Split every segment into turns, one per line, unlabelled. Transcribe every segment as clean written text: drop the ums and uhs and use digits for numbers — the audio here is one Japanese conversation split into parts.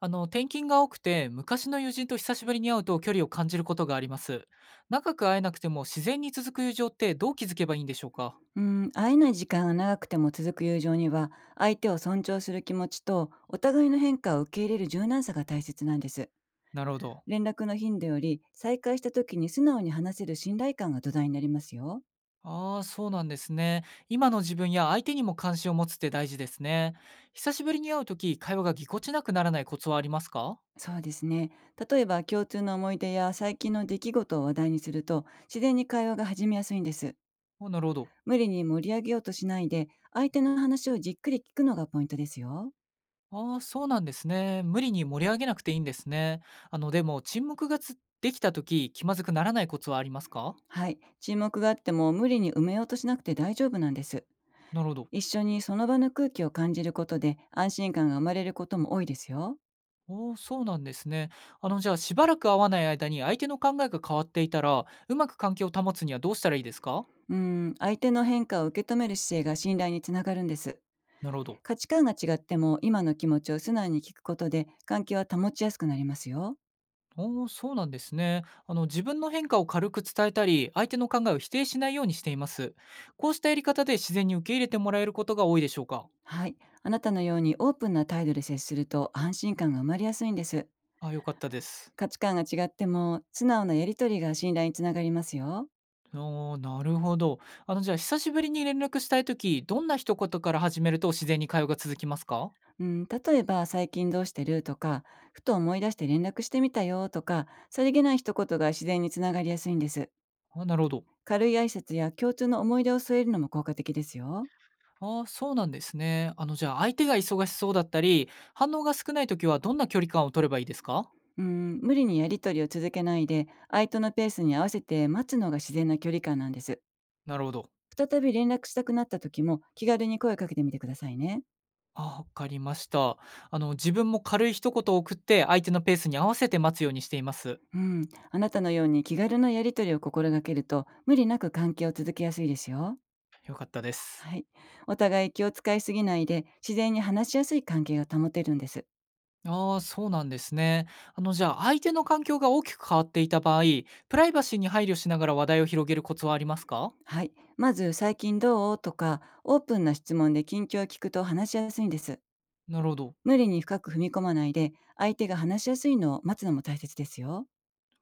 転勤が多くて、昔の友人と久しぶりに会うと距離を感じることがあります。長く会えなくても自然に続く友情ってどう気づけばいいんでしょうか？
うん、会えない時間が長くても続く友情には、相手を尊重する気持ちと、お互いの変化を受け入れる柔軟さが大切なんです。
なるほど。
連絡の頻度より、再会した時に素直に話せる信頼感が土台になりますよ。
ああ、そうなんですね。今の自分や相手にも関心を持つって大事ですね。久しぶりに会うとき、会話がぎこちなくならないコツはありますか？
そうですね。例えば、共通の思い出や最近の出来事を話題にすると、自然に会話が始めやすいんです。
あ、なるほど。
無理に盛り上げようとしないで、相手の話をじっくり聞くのがポイントですよ。
ああ、そうなんですね。無理に盛り上げなくていいんですね。でも、沈黙がつできたとき、気まずくならないコツはありますか？
はい。沈黙があっても無理に埋めようとしなくて大丈夫なんです。
なるほど。
一緒にその場の空気を感じることで安心感が生まれることも多いですよ。
おお、そうなんですね。じゃあ、しばらく会わない間に相手の考えが変わっていたら、うまく関係を保つにはどうしたらいいですか？
うん、相手の変化を受け止める姿勢が信頼につながるんです。
なるほど。
価値観が違っても、今の気持ちを素直に聞くことで関係は保ちやすくなりますよ。
おお、そうなんですね。自分の変化を軽く伝えたり、相手の考えを否定しないようにしています。こうしたやり方で自然に受け入れてもらえることが多いでしょうか？
はい。あなたのようにオープンな態度で接すると安心感が生まれやすいんです。
あ、よかったです。
価値観が違っても、素直なやりとりが信頼につながりますよ。
おお、なるほど。じゃあ、久しぶりに連絡したいとき、どんな一言から始めると自然に会話が続きますか？
うん、例えば最近どうしてるとか、ふと思い出して連絡してみたよとか、さりげない一言が自然につながりやすいんです。
あ、なるほど。
軽い挨拶や共通の思い出を添えるのも効果的ですよ。
ああ、そうなんですね。じゃあ、相手が忙しそうだったり、反応が少ない時はどんな距離感を取ればいいですか？
うん、無理にやり取りを続けないで、相手のペースに合わせて待つのが自然な距離感なんです。
なるほど。
再び連絡したくなった時も、気軽に声をかけてみてくださいね。
ああ、わかりました。自分も軽い一言を送って、相手のペースに合わせて待つようにしています。
うん、あなたのように気軽なやり取りを心がけると、無理なく関係を続けやすいですよ。
よかったです。
はい。お互い気を使いすぎないで、自然に話しやすい関係が保てるんです。
ああ、そうなんですね。じゃあ、相手の環境が大きく変わっていた場合、プライバシーに配慮しながら話題を広げるコツはありますか？
はい。まず、最近どうとか、オープンな質問で近況を聞くと話しやすいんです。
なるほど。
無理に深く踏み込まないで、相手が話しやすいのを待つのも大切ですよ。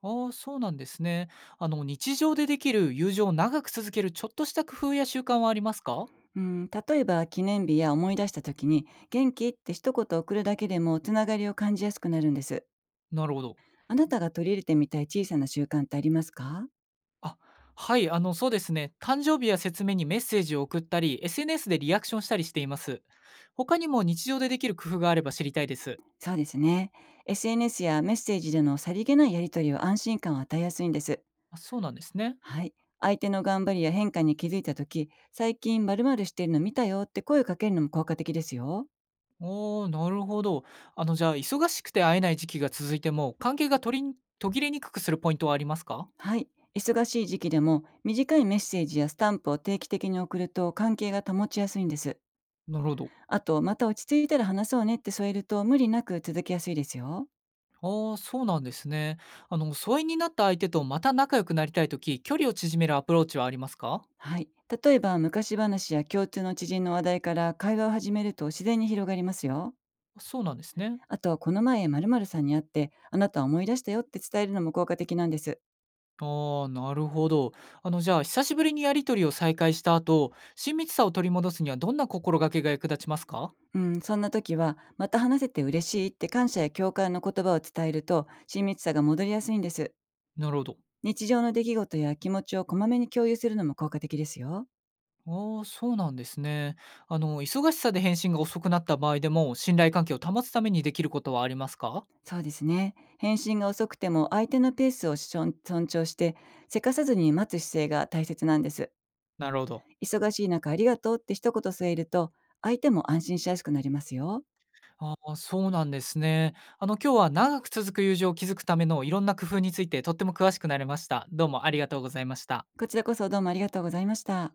ああ、そうなんですね。日常でできる友情を長く続けるちょっとした工夫や習慣はありますか？
うん、例えば記念日や思い出した時に「元気?」って一言送るだけでもつながりを感じやすくなるんです。
なるほど。
あなたが取り入れてみたい小さな習慣ってありますか？
あ、はい、そうですね。誕生日や説明にメッセージを送ったり、SNS でリアクションしたりしています。他にも日常でできる工夫があれば知りたいです。
そうですね。SNS やメッセージでのさりげないやり取りは安心感を与えやすいんです。
あ、そうなんですね。
はい。相手の頑張りや変化に気づいた時、「最近〇〇してるの見たよ」って声をかけるのも効果的ですよ。
おー、なるほど。じゃあ、忙しくて会えない時期が続いても、関係が取り途切れにくくするポイントはありますか？
はい。忙しい時期でも短いメッセージやスタンプを定期的に送ると関係が保ちやすいんです。
なるほど。
あと、また落ち着いたら話そうねって添えると無理なく続きやすいですよ。
ああ、そうなんですね。疎遠になった相手とまた仲良くなりたいとき、距離を縮めるアプローチはありますか？
はい。例えば、昔話や共通の知人の話題から会話を始めると自然に広がりますよ。
そうなんですね。
あと、この前〇〇さんに会ってあなたは思い出したよって伝えるのも効果的なんです。
ああ、なるほど。じゃあ、久しぶりにやり取りを再開した後、親密さを取り戻すにはどんな心がけが役立ちますか？
うん、そんな時は、また話せて嬉しいって感謝や共感の言葉を伝えると親密さが戻りやすいんです。
なるほど。
日常の出来事や気持ちをこまめに共有するのも効果的ですよ。
ああ、そうなんですね。忙しさで返信が遅くなった場合でも、信頼関係を保つためにできることはありますか？
そうですね。返信が遅くても相手のペースを尊尊重して、せかさずに待つ姿勢が大切なんです。
なるほど。
忙しい中ありがとうって一言添えると、相手も安心しやすくなりますよ。
ああ、そうなんですね。今日は長く続く友情を築くためのいろんな工夫についてとっても詳しくなれました。どうもありがとうございました。
こちらこそ、どうもありがとうございました。